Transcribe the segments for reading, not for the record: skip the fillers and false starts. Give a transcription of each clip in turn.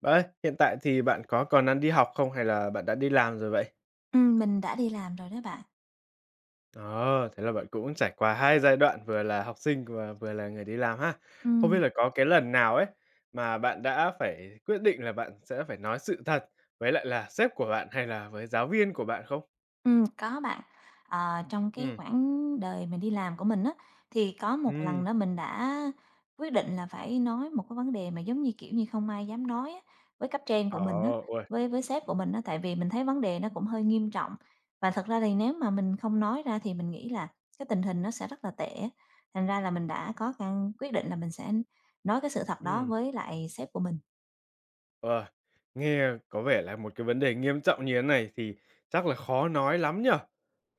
Bạn ơi, hiện tại thì bạn có còn đang đi học không hay là bạn đã đi làm rồi vậy? Mình đã đi làm rồi đó bạn. Ờ, thế là bạn cũng trải qua 2 giai đoạn vừa là học sinh và vừa là người đi làm ha. Không biết Ừm, là có cái lần nào ấy mà bạn đã phải quyết định là bạn sẽ phải nói sự thật với lại là sếp của bạn hay là với giáo viên của bạn không? Có bạn. Trong cái Ừm, quãng đời mình đi làm của mình á, thì có một ừm, lần đó mình đã quyết định là phải nói một cái vấn đề mà giống như, kiểu như, không ai dám nói á, với cấp trên ờ, của mình á, uầy, với sếp của mình á, tại vì mình thấy vấn đề nó cũng hơi nghiêm trọng. Và thật ra thì nếu mà mình không nói ra thì mình nghĩ là cái tình hình nó sẽ rất là tệ á, thành ra là mình đã có căn quyết định là mình sẽ nói cái sự thật đó ừm. với lại sếp của mình. Ờ, nghe có vẻ là một cái vấn đề nghiêm trọng như thế này thì chắc là khó nói lắm nhở.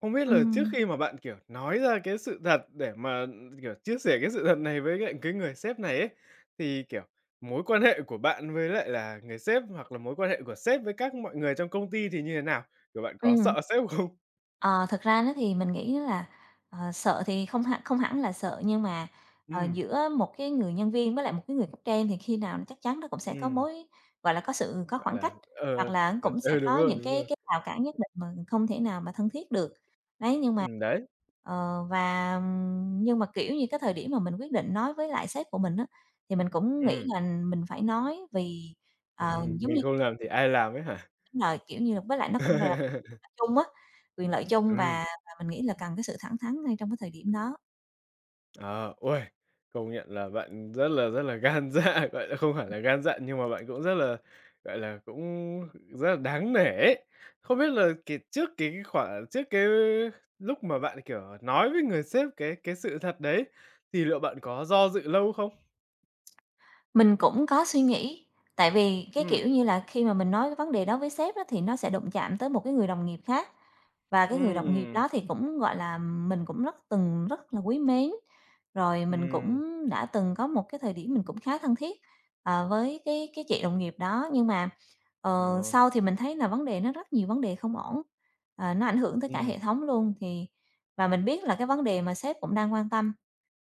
Không biết là trước Ừm, khi mà bạn, kiểu, nói ra cái sự thật để mà, kiểu, chia sẻ cái sự thật này với lại cái người sếp này ấy, thì, kiểu, mối quan hệ của bạn với lại là người sếp hoặc là mối quan hệ của sếp với các mọi người trong công ty thì như thế nào? Kiểu, bạn có ừm. sợ sếp không? Ờ, Thật ra nó thì mình nghĩ là, sợ thì không hẳn là sợ, nhưng mà, Ừm, giữa một cái người nhân viên với lại một cái người cấp trên thì khi nào chắc chắn nó cũng sẽ có ừm, mối gọi là, có gọi khoảng là, cách, hoặc ờ, là kiểu cũng sẽ ừ, đúng có rồi, những đúng cái rồi. cái rào cản nhất định mà không thể nào mà thân thiết được. Đấy, nhưng mà Đấy, kiểu như, cái thời điểm mà mình quyết định nói với lại sếp của mình á, thì mình cũng ừm, nghĩ là mình phải nói vì, ờ, giống mình như không làm thì ai làm ấy hả? Đúng rồi, kiểu như là, với lại nó cũng là chung á, quyền lợi chung Ừm. và mình nghĩ là cần cái sự thẳng thắn ngay trong cái thời điểm đó. Ờ, ôi, công nhận là bạn rất là gan dạ, gọi là, không phải là gan dạ nhưng mà bạn cũng rất là, gọi là, cũng rất là đáng nể ấy. Không biết là cái trước cái lúc mà bạn, kiểu, nói với người sếp cái sự thật đấy, thì liệu bạn có do dự lâu không? Mình cũng có suy nghĩ, tại vì cái, Ừ, kiểu như là, khi mà mình nói cái vấn đề đó với sếp á, thì nó sẽ đụng chạm tới một cái người đồng nghiệp khác. Và ừ, cái người đồng nghiệp đó thì cũng, gọi là, mình cũng rất từng rất là quý mến, rồi mình ừ, cũng đã từng có một cái thời điểm mình cũng khá thân thiết, với cái chị đồng nghiệp đó. Nhưng mà, ờ, sau thì mình thấy là vấn đề nó rất nhiều vấn đề không ổn, nó ảnh hưởng tới cả ừm, hệ thống luôn, thì và mình biết là cái vấn đề mà sếp cũng đang quan tâm.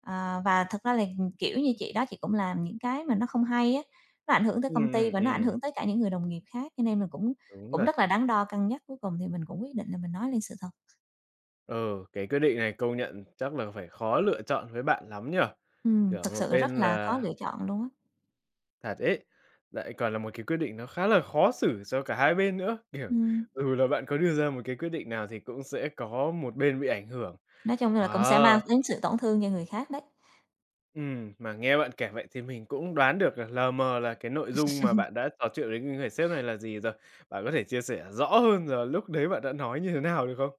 Ờ, và thật ra là, kiểu như, chị đó chị cũng làm những cái mà nó không hay á, nó ảnh hưởng tới ừm, công ty ừm, và nó ảnh ừm, hưởng tới cả những người đồng nghiệp khác, cho nên mình cũng đúng cũng thật. rất là đắn đo cân nhắc, cuối cùng thì mình cũng quyết định là mình nói lên sự thật. Ừ, cái quyết định này công nhận chắc là phải khó lựa chọn với bạn lắm nhở? Kiểu, Thực một sự rất bên là khó là lựa chọn luôn á. Thật ấy, lại còn là một cái quyết định nó khá là khó xử cho cả hai bên nữa, kiểu, Ừm, ừ, là bạn có đưa ra một cái quyết định nào thì cũng sẽ có một bên bị ảnh hưởng. nói chung là cũng sẽ mang Ờ, đến sự tổn thương cho người khác đấy. Mà nghe bạn kể vậy thì mình cũng đoán được là lờ mờ là cái nội dung mà bạn đã trò chuyện với người sếp này là gì rồi. Bạn có thể chia sẻ rõ hơn là lúc đấy bạn đã nói như thế nào được không?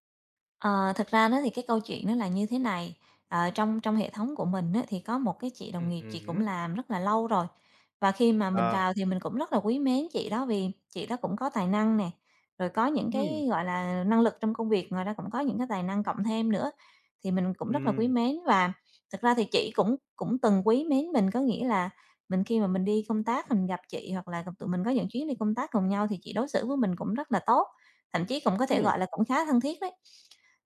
Ờ, Thật ra đó thì cái câu chuyện nó là như thế này, trong trong hệ thống của mình á, thì có một cái chị đồng nghiệp chị cũng Hứm, làm rất là lâu rồi. Và khi mà mình ờ, vào thì mình cũng rất là quý mến chị đó vì chị đó cũng có tài năng nè, rồi có những ừm, cái, gọi là, năng lực trong công việc, ngoài ra cũng có những cái tài năng cộng thêm nữa, thì mình cũng rất là quý ừm, mến. Và thực ra thì chị cũng cũng từng quý mến mình, có nghĩa là mình khi mà mình đi công tác, mình gặp chị hoặc là gặp tụi mình có những chuyến đi công tác cùng nhau thì chị đối xử với mình cũng rất là tốt, thậm chí cũng có thể ừm, gọi là cũng khá thân thiết đấy.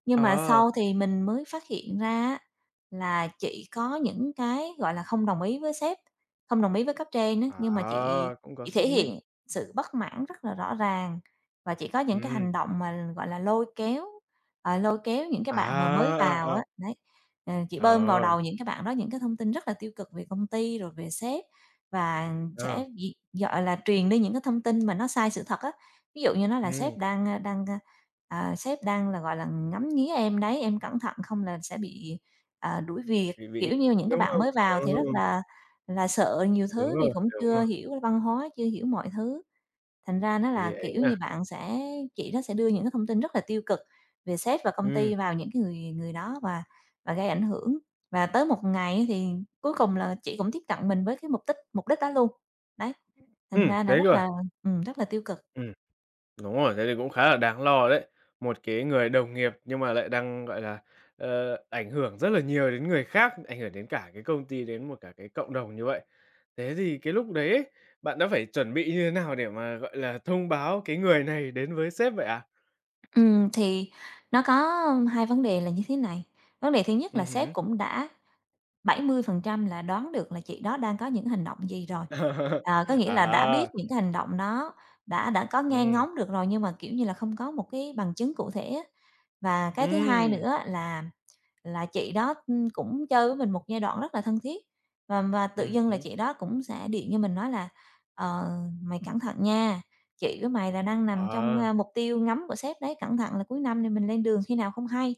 Nhưng mà ờ, sau thì mình mới phát hiện ra á, là chị có những cái, gọi là, không đồng ý với sếp, không đồng ý với cấp trên á, nhưng mà chị à, cũng có chị xích thể mích, hiện sự bất mãn rất là rõ ràng và chị có những cái ừm, hành động mà, gọi là, lôi kéo, lôi kéo những cái bạn mà mới à, vào à, á, à, đấy. Chị bơm vào ờ, đầu những cái bạn đó những cái thông tin rất là tiêu cực về công ty rồi về sếp và ờ, sẽ gọi là, truyền đi những cái thông tin mà nó sai sự thật á. Ví dụ như nói là ừm. sếp đang, a, đang, a, à, sếp đang là, gọi là, ngắm nghía em đấy, em cẩn thận không là sẽ bị, đuổi việc. Bị Kiểu như, những cái đúng bạn không? mới vào Ờ, thì rất là sợ nhiều thứ vì cũng đúng chưa rồi, hiểu văn hóa, chưa hiểu mọi thứ. Thành ra nó thế thì là, ấy kiểu nha. như, bạn sẽ chị nó sẽ đưa những cái thông tin rất là tiêu cực về sếp và công Ừm, ty vào những cái người người đó và gây ảnh hưởng. Và tới một ngày á thì cuối cùng là chị cũng tiếp cận mình với cái mục đích đó luôn. Đấy, thành ra là thế cơ rất à? là rất là tiêu cực. Ừm, đúng rồi, thế thì cũng khá là đáng lo đấy. Một cái người đồng nghiệp nhưng mà lại đang, gọi là, ờ, ảnh hưởng rất là nhiều đến người khác, ảnh hưởng đến cả cái công ty, đến một cả cái cộng đồng như vậy. Thế thì cái lúc đấy ấy, bạn đã phải chuẩn bị như thế nào để mà, gọi là, thông báo cái người này đến với sếp vậy ạ? Thì nó có hai vấn đề là như thế này. Vấn đề thứ nhất là sếp Hứm. cũng đã 70% là đoán được là chị đó đang có những hành động gì rồi. Có nghĩa là đã biết À, những cái hành động đó, đã có nghe ừm, ngóng được rồi nhưng mà, kiểu như là, không có một cái bằng chứng cụ thể á. Và cái thứ hai ừm, nữa là chị đó, cũng chơi với mình một giai đoạn rất là thân thiết, và tự dưng là hứm. chị đó cũng sẽ điện cho mình nói là "Ờ, mày cẩn thận nha, chị với mày là đang nằm trong, Ờ, mục tiêu ngắm của sếp đấy, cẩn thận là cuối năm này mình lên đường khi nào không hay."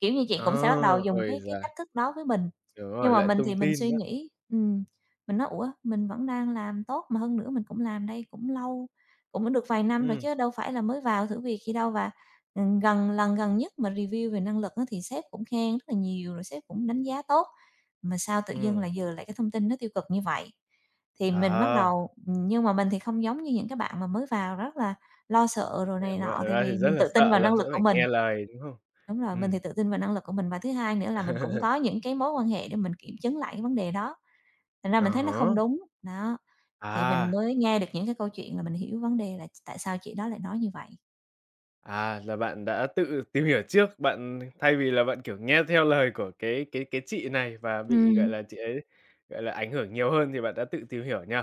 Kiểu như, chị cũng sẽ bắt đầu ờ, dùng ôi cái giời! cách thức đó với mình, Đúng rồi, nhưng mà lại mình tung thì mình tin suy đó. nghĩ, mình nói: "Ủa, mình vẫn đang làm tốt, mà hơn nữa mình cũng làm đây cũng lâu, cũng được vài năm rồi Ừm, chứ đâu phải là mới vào thử việc gì đâu." Và lần gần nhất mà review về năng lực á thì sếp cũng khen rất là nhiều, rồi sếp cũng đánh giá tốt, mà sao tự dưng ừm, là giờ lại cái thông tin nó tiêu cực như vậy. Thì mình bắt ờ, đầu Nhưng mà mình thì không giống như những cái bạn mà mới vào rất là lo sợ rồi để này mà nọ, thực tại ra thì vì rất mình là tự tin sợ vào là năng sẽ lực phải của mình. nghe lời, đúng không? Đúng rồi, mình Ừm. thì tự tin vào năng lực của mình và thứ hai nữa là mình cũng có những cái mối quan hệ để mình kiểm chứng lại cái vấn đề đó, thành ra mình thấy nó À không đúng. Đó, thì mình há, à, mới nghe được những cái câu chuyện là mình hiểu vấn đề là tại sao chị đó lại nói như vậy. à, là bạn đã tự tìm hiểu trước, bạn thay vì là bạn, kiểu, nghe theo lời của cái chị này và bị, gọi Ừm, là, chị ấy, gọi là, ảnh hưởng nhiều hơn thì bạn đã tự tìm hiểu nhỉ?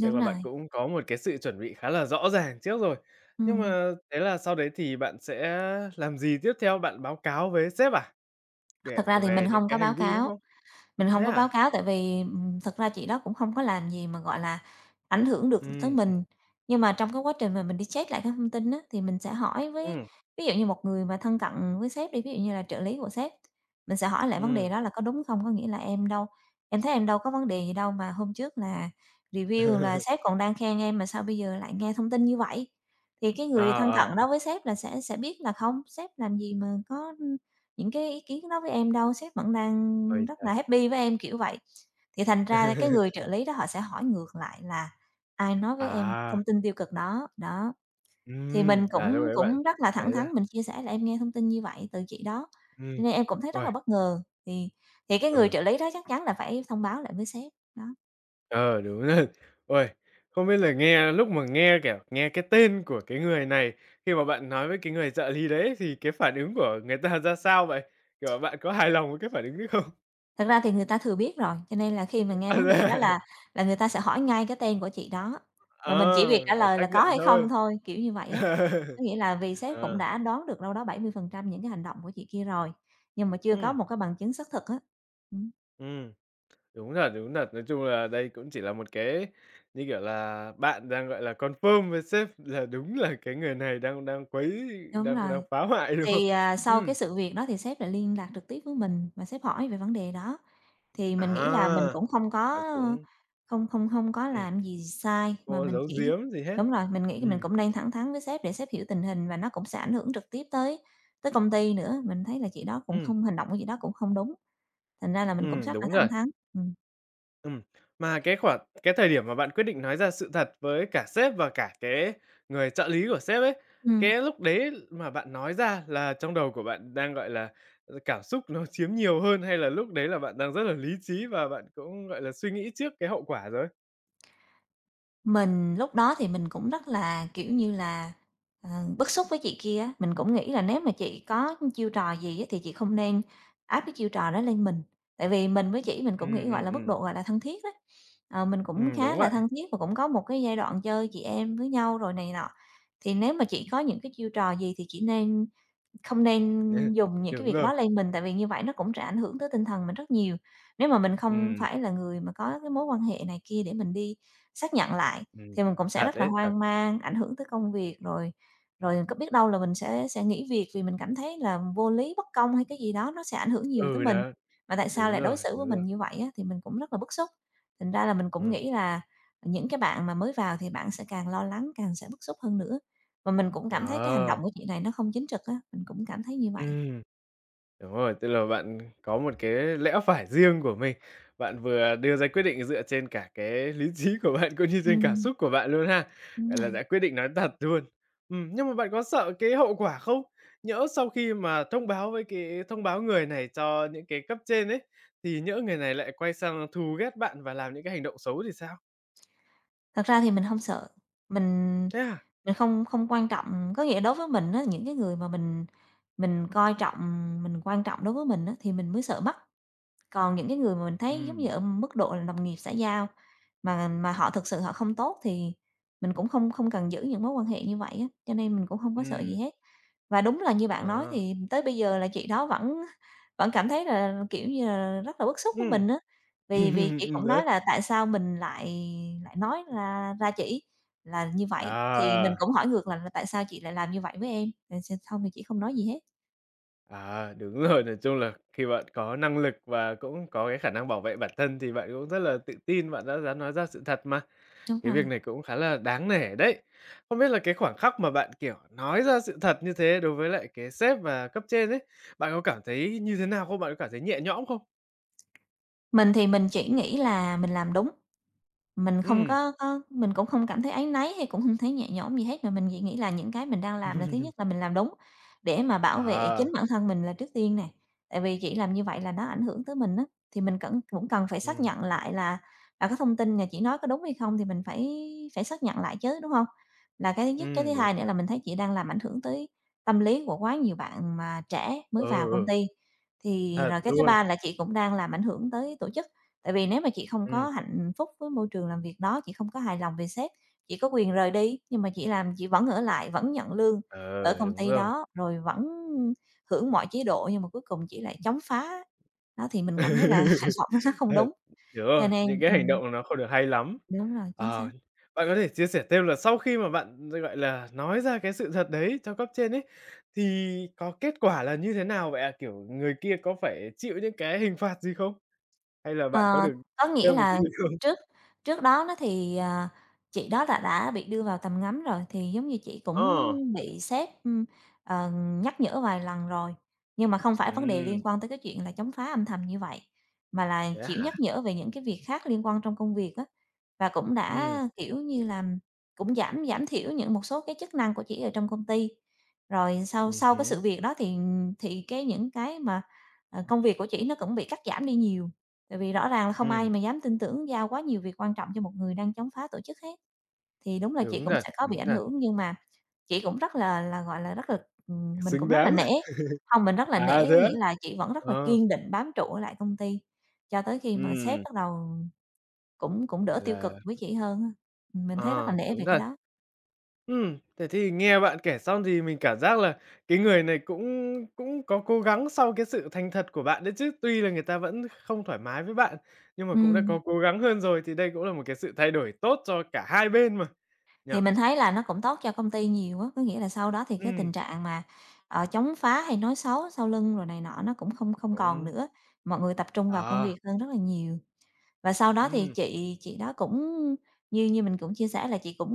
Tức đúng là bạn rồi, cũng có một cái sự chuẩn bị khá là rõ ràng trước rồi. Nhưng ừm. mà thế là sau đấy thì bạn sẽ làm gì tiếp theo? Bạn báo cáo với sếp à? Kể Thật ra thì mình về những không cái có báo hành vi, đúng cáo, không? mình Thế không có báo à? cáo tại vì, thật ra chị đó cũng không có làm gì mà, gọi là, ảnh hưởng được tới Ừm, mình. Nhưng mà trong cái quá trình mà mình đi check lại các thông tin á, thì mình sẽ hỏi với ừm, ví dụ như một người mà thân cận với sếp đi, ví dụ như là trợ lý của sếp, mình sẽ hỏi lại vấn đề ừm. đó là có đúng không? Có nghĩa là "Em đâu em thấy em đâu có vấn đề gì đâu mà hôm trước là review là sếp còn đang khen em mà sao bây giờ lại nghe thông tin như vậy?" Thì cái Ờ, người thân ờ, cận ờ, đó với sếp là sẽ biết là không, sếp làm gì mà có những cái ý kiến đó với em đâu, sếp vẫn đang ôi rất trời! là happy với em, kiểu vậy. Thì thành ra là cái người trợ lý đó họ sẽ hỏi ngược lại là ai nói với em À, thông tin tiêu cực đó, đó. Thì mình là lúc cũng đấy bạn cũng rất là ấy thẳng ra thắn, mình chia sẻ là em nghe thông tin như vậy từ chị đó, ừm. cho nên em cũng thấy rất Uầy, là bất ngờ. Thì cái người ừ, trợ lý đó chắc chắn là phải thông báo lại với sếp, đó. ờ, đúng rồi. Uầy, không biết là nghe lúc mà nghe, kiểu, nghe cái tên của cái người này, khi mà bạn nói với cái người trợ lý đấy thì cái phản ứng của người ta ra sao vậy? Kiểu, bạn có hài lòng với cái phản ứng đấy không? Thật ra thì người ta thừa biết rồi, cho nên là khi mà nghe vấn đề đó À, là người ta sẽ hỏi ngay cái tên của chị đó, và mình chỉ việc trả ờ, lời xác là có nhận hay thôi. không thôi, kiểu như vậy á. Có nghĩa là vì sếp cũng Ờ, đã đoán được đâu đó 70% những cái hành động của chị kia rồi, nhưng mà chưa có ừm, một cái bằng chứng xác thực á. Ừm, ừm. Đúng thật, đúng thật. Nói chung là đây cũng chỉ là một cái, như kiểu là, bạn đang, gọi là, confirm với sếp là đúng là cái người này đang đang quấy đúng đang đang rồi. phá hoại, đúng không? Thì, sau Ừm, cái sự việc đó thì sếp lại liên lạc trực tiếp với mình và sếp hỏi về vấn đề đó, thì mình nghĩ là mình à, cũng không bạn có cũng không không không có ừm, làm gì sai không mà có mình giấu chỉ giếm gì hết. đúng rồi, mình nghĩ mình Ừm, cũng nên thẳng thắn với sếp để sếp hiểu tình hình và nó cũng sẽ ảnh hưởng trực tiếp tới tới công ty nữa. Mình thấy là chị đó cũng ừm, không hành động của chị đó cũng không đúng, thành ra là mình cũng rất là đúng thẳng thật. thắn. Ừm. Ừm, mà cái khoảng cái thời điểm mà bạn quyết định nói ra sự thật với cả sếp và cả cái người trợ lý của sếp ấy, Ừm. cái lúc đấy mà bạn nói ra là trong đầu của bạn đang, gọi là, ờ, cảm xúc nó chiếm nhiều hơn hay là lúc đấy là bạn đang rất là lý trí và bạn cũng, gọi là, suy nghĩ trước cái hậu quả rồi? Mình lúc đó thì mình cũng rất là, kiểu như là, ờ, bức xúc với chị kia á, mình cũng nghĩ là nếu mà chị có chiêu trò gì á thì chị không nên áp cái chiêu trò đó lên mình. Tại vì mình với chị mình Ừ, cũng nghĩ, ừ, gọi là, mức ừ, độ, gọi là, thân thiết á, mình cũng ừm, đúng khá là vậy. thân thiết và cũng có một cái giai đoạn chơi chị em với nhau rồi này nọ. Thì nếu mà chị có những cái chiêu trò gì thì chị nên không nên dùng những cái Đúng việc rồi. đó lên mình, tại vì như vậy nó cũng sẽ ảnh hưởng tới tinh thần mình rất nhiều. Nếu mà mình không Ừ, phải là người mà có cái mối quan hệ này kia để mình đi xác nhận lại, ừ, thì mình cũng sẽ thật rất là đấy thật. hoang mang, ảnh hưởng tới công việc, rồi rồi có biết đâu là mình sẽ nghỉ việc vì mình cảm thấy là vô lý, bất công hay cái gì đó, nó sẽ ảnh hưởng nhiều tới Ừ, mình. đó, Mà tại sao đúng lại đối rồi, xử với đúng rồi. mình như vậy á, thì mình cũng rất là bức xúc. Thành ra là mình cũng Ừ. nghĩ là những cái bạn mà mới vào thì bạn sẽ càng lo lắng, càng sẽ bức xúc hơn nữa. Mà mình cũng cảm thấy cái hành động Ờ. của chị này nó không chính trực á, mình cũng cảm thấy như Ừ. vậy. Đúng rồi, tức là bạn có một cái lẽ phải riêng của mình. Bạn vừa đưa ra quyết định dựa trên cả cái lý trí của bạn cũng như trên cảm Ừm, xúc của bạn luôn ha. đúng Gọi rồi. là đã quyết định nói thật luôn. Nhưng mà bạn có sợ cái hậu quả không? Nhỡ sau khi mà thông báo người này cho những cái cấp trên ấy, thì nhỡ người này lại quay sang thù ghét bạn và làm những cái hành động xấu thì sao? Thật ra thì mình không sợ, mình Thế à? mình không không quan trọng có nghĩa đối với mình á, những cái người mà mình coi trọng, mình quan trọng đối với mình á, thì mình mới sợ mất. Còn những cái người mà mình thấy, giống như, Ừm. ở mức độ là đồng nghiệp xã giao, mà họ thực sự họ không tốt thì mình cũng không không cần giữ những mối quan hệ như vậy á, cho nên mình cũng không có sợ gì Ừm, hết. Và đúng là như bạn nói à, thì tới bây giờ là chị đó vẫn vẫn cảm thấy là, kiểu như là, rất là bức xúc với ừm, mình á, ừm, vì vì chị cũng nói đấy, là "Tại sao mình lại lại nói ra ra chị?" là như vậy, thì mình à. cũng hỏi ngược lại là "Tại sao chị lại làm như vậy với em?" Rồi xong thì chị không nói gì hết. À, đúng rồi, nói chung là khi bạn có năng lực và cũng có cái khả năng bảo vệ bản thân thì bạn cũng rất là tự tin, bạn đã dám nói ra sự thật mà. Đúng Cái việc rồi. này cũng khá là đáng nể đấy. Không biết là cái khoảng khắc mà bạn, kiểu, nói ra sự thật như thế đối với lại cái sếp và cấp trên ấy, bạn có cảm thấy như thế nào không? Bạn có cảm thấy nhẹ nhõm không? Mình thì mình chỉ nghĩ là mình làm đúng. Mình không Ừ, có có mình cũng không cảm thấy áy náy hay cũng không thấy nhẹ nhõm gì hết, mà mình chỉ nghĩ là những cái mình đang làm là thứ nhất là mình làm đúng để mà bảo vệ à, chính bản thân mình là trước tiên nè. Tại vì chỉ làm như vậy là nó ảnh hưởng tới mình á, thì mình cẩn cũng cần phải xác ừ, nhận lại là cái thông tin là chị nói có đúng hay không thì mình phải phải xác nhận lại chứ, đúng không? Là cái thứ nhất. Cái thứ đúng, hai nữa là mình thấy chị đang làm ảnh hưởng tới tâm lý của quá nhiều bạn mà trẻ ừ, mới vào công ừ, ty. Thì thật rồi cái thứ luôn, ba là chị cũng đang làm ảnh hưởng tới tổ chức. Tại vì nếu mà chị không ừ, có hạnh phúc với môi trường làm việc đó, chị không có hài lòng về sếp, chị có quyền rời đi, nhưng mà chị làm chị vẫn ở lại, vẫn nhận lương ở ờ, công đúng ty rồi. đó, rồi vẫn hưởng mọi chế độ, nhưng mà cuối cùng chị lại chống phá. Đó, thì mình cảm thấy là hành động nó không Thật, đúng, đúng rồi, cho nên những cái hành động nó không được hay lắm. đúng rồi, chính Ờ, xác. bạn có thể chia sẻ thêm là sau khi mà bạn, gọi là, nói ra cái sự thật đấy cho cấp trên ấy, thì có kết quả là như thế nào vậy ạ? Kiểu, người kia có phải chịu những cái hình phạt gì không? Hay là bạn có Ờ, được có nghĩa thêm một cái là gì không? trước trước đó nó thì, chị đó là đã bị đưa vào tầm ngắm rồi, thì giống như chị cũng Ờ, bị sếp, ờ, nhắc nhở vài lần rồi. Nhưng mà không phải vấn đề liên ừm, quan tới cái chuyện là chống phá âm thầm như vậy, mà là, thế kiểu, hả? nhắc nhở về những cái việc khác liên quan trong công việc á. Và cũng đã, Ừm, kiểu như là, cũng giảm giảm thiểu những một số cái chức năng của chị ở trong công ty. Rồi sau sau cái hứm, sự việc đó thì cái những cái mà, công việc của chị nó cũng bị cắt giảm đi nhiều. Tại vì rõ ràng là không ừm, ai mà dám tin tưởng giao quá nhiều việc quan trọng cho một người đang chống phá tổ chức hết. Thì đúng là chị cũng sẽ có bị đúng ảnh thật, hưởng, nhưng mà chị cũng rất là, gọi là, rất là mình xứng cũng rất là đáng. nể, không mình rất là nể, À, thế có á? nghĩa là chị vẫn rất là Ờ, kiên định bám trụ ở lại công ty cho tới khi mà sếp ừm, bắt đầu cũng cũng đỡ gọi tiêu cực là với chị hơn á. Mình thấy rất là ờ, nể đúng về cái thật. đó. Thế thì nghe bạn kể xong thì mình cảm giác là cái người này cũng cũng có cố gắng sau cái sự thành thật của bạn đấy chứ. Tuy là người ta vẫn không thoải mái với bạn, nhưng mà cũng đã có Ừm. cố gắng hơn rồi, thì đây cũng là một cái sự thay đổi tốt cho cả hai bên mà, nhỉ? Thì mình thấy là nó cũng tốt cho công ty nhiều á, có nghĩa là sau đó thì cái tình Ừm, trạng mà, chống phá hay nói xấu sau lưng rồi này nọ nó cũng không không còn cũng nữa, mọi người tập trung vào công à, việc hơn rất là nhiều. Và sau đó thì ừm, chị đó cũng như như mình cũng chia sẻ là chị cũng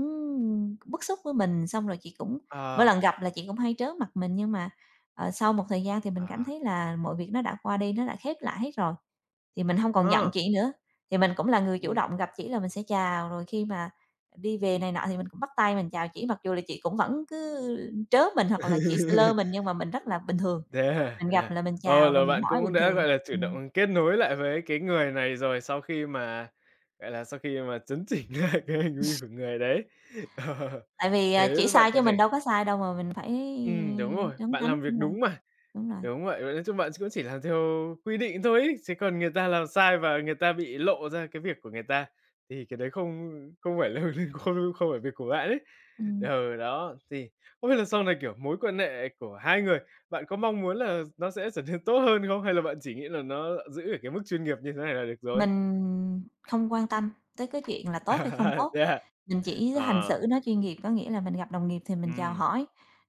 bức xúc với mình, xong rồi chị cũng mỗi à, lần gặp là chị cũng hay trớ mặt mình, nhưng mà, sau một thời gian thì mình cảm à, thấy là mọi việc nó đã qua đi, nó đã khép lại hết rồi. Thì mình hông còn giận ờ, chị nữa, thì mình cũng là người chủ ừm. động gặp chỉ là mình sẽ chào, rồi khi mà đi về này nọ thì mình cũng bắt tay mình chào chỉ, mặc dù là chị cũng vẫn cứ trớ mình hoặc là chỉ sẽ lơ mình, nhưng mà mình rất là bình thường, Thế à? mình gặp À, là mình ờ, chào rồi là mình bạn hỏi cũng bình đã, thường. gọi là, chủ Ừm. động kết nối lại với cái người này rồi sau khi mà, gọi là, sau khi mà chấn chỉnh lại cái hành vi của người đấy. Ờ, Tại vì, thế chỉ bạn sai có chứ thể mình đâu có sai đâu mà mình phải đúng rồi, trốn bạn tránh. làm việc Đúng rồi, đúng mà. đúng rồi, Đúng vậy, vậy nói chung bạn cũng chỉ làm theo quy định thôi ấy, chứ còn người ta làm sai và người ta bị lộ ra cái việc của người ta, thì cái đấy không không phải là không không phải việc của bạn ấy. ừm. Ừ, đó, thì không biết là sau này, kiểu, mối quan hệ của hai người, bạn có mong muốn là nó sẽ trở nên tốt hơn không? Hay là bạn chỉ nghĩ là nó giữ ở cái mức chuyên nghiệp như thế này là được rồi? Mình không quan tâm tới cái chuyện là tốt hay không À, tốt, thế à? mình chỉ hành Ờ, xử nó chuyên nghiệp, có nghĩa là mình gặp đồng nghiệp thì mình chào ừm, hỏi,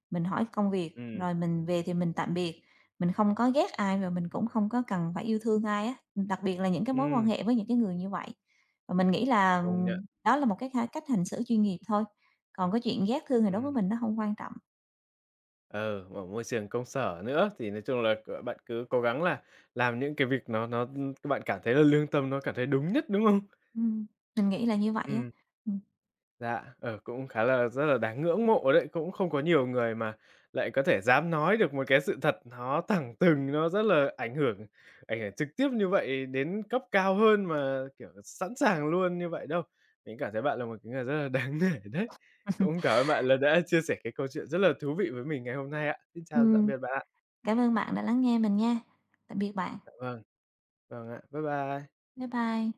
mình hỏi công việc, ừm, rồi mình về thì mình tạm biệt. Mình không có ghét ai và mình cũng không có cần phải yêu thương ai á, đặc biệt là những cái mối quan ừm, hệ với những cái người như vậy. Và mình nghĩ là, công nhận, đó là một cái ha cách hành xử chuyên nghiệp thôi, còn cái chuyện ghét thương thì đối với ừm. mình nó không quan trọng. Ừ, ở môi trường công sở nữa thì nói chung là bạn cứ cố gắng là làm những cái việc các bạn cảm thấy là lương tâm nó cảm thấy đúng nhất, đúng không? Ừm, mình nghĩ là như vậy á. Ừ. Ừm. Dạ, ờ, cũng khá là rất là đáng ngưỡng mộ đấy, cũng không có nhiều người mà lại có thể dám nói được một cái sự thật nó thẳng thừng, nó rất là ảnh hưởng trực tiếp như vậy đến cấp cao hơn mà, kiểu, sẵn sàng luôn như vậy đâu. Mình cảm thấy bạn là một cái người rất là đáng nể đấy. Cũng cảm ơn bạn là đã chia sẻ cái câu chuyện rất là thú vị với mình ngày hôm nay ạ. Xin chào, tạm Ừm, biệt bạn ạ. cảm ơn bạn đã lắng nghe mình nha. Tạm biệt bạn. Dạ vâng. Vâng ạ. Bye bye. Bye bye.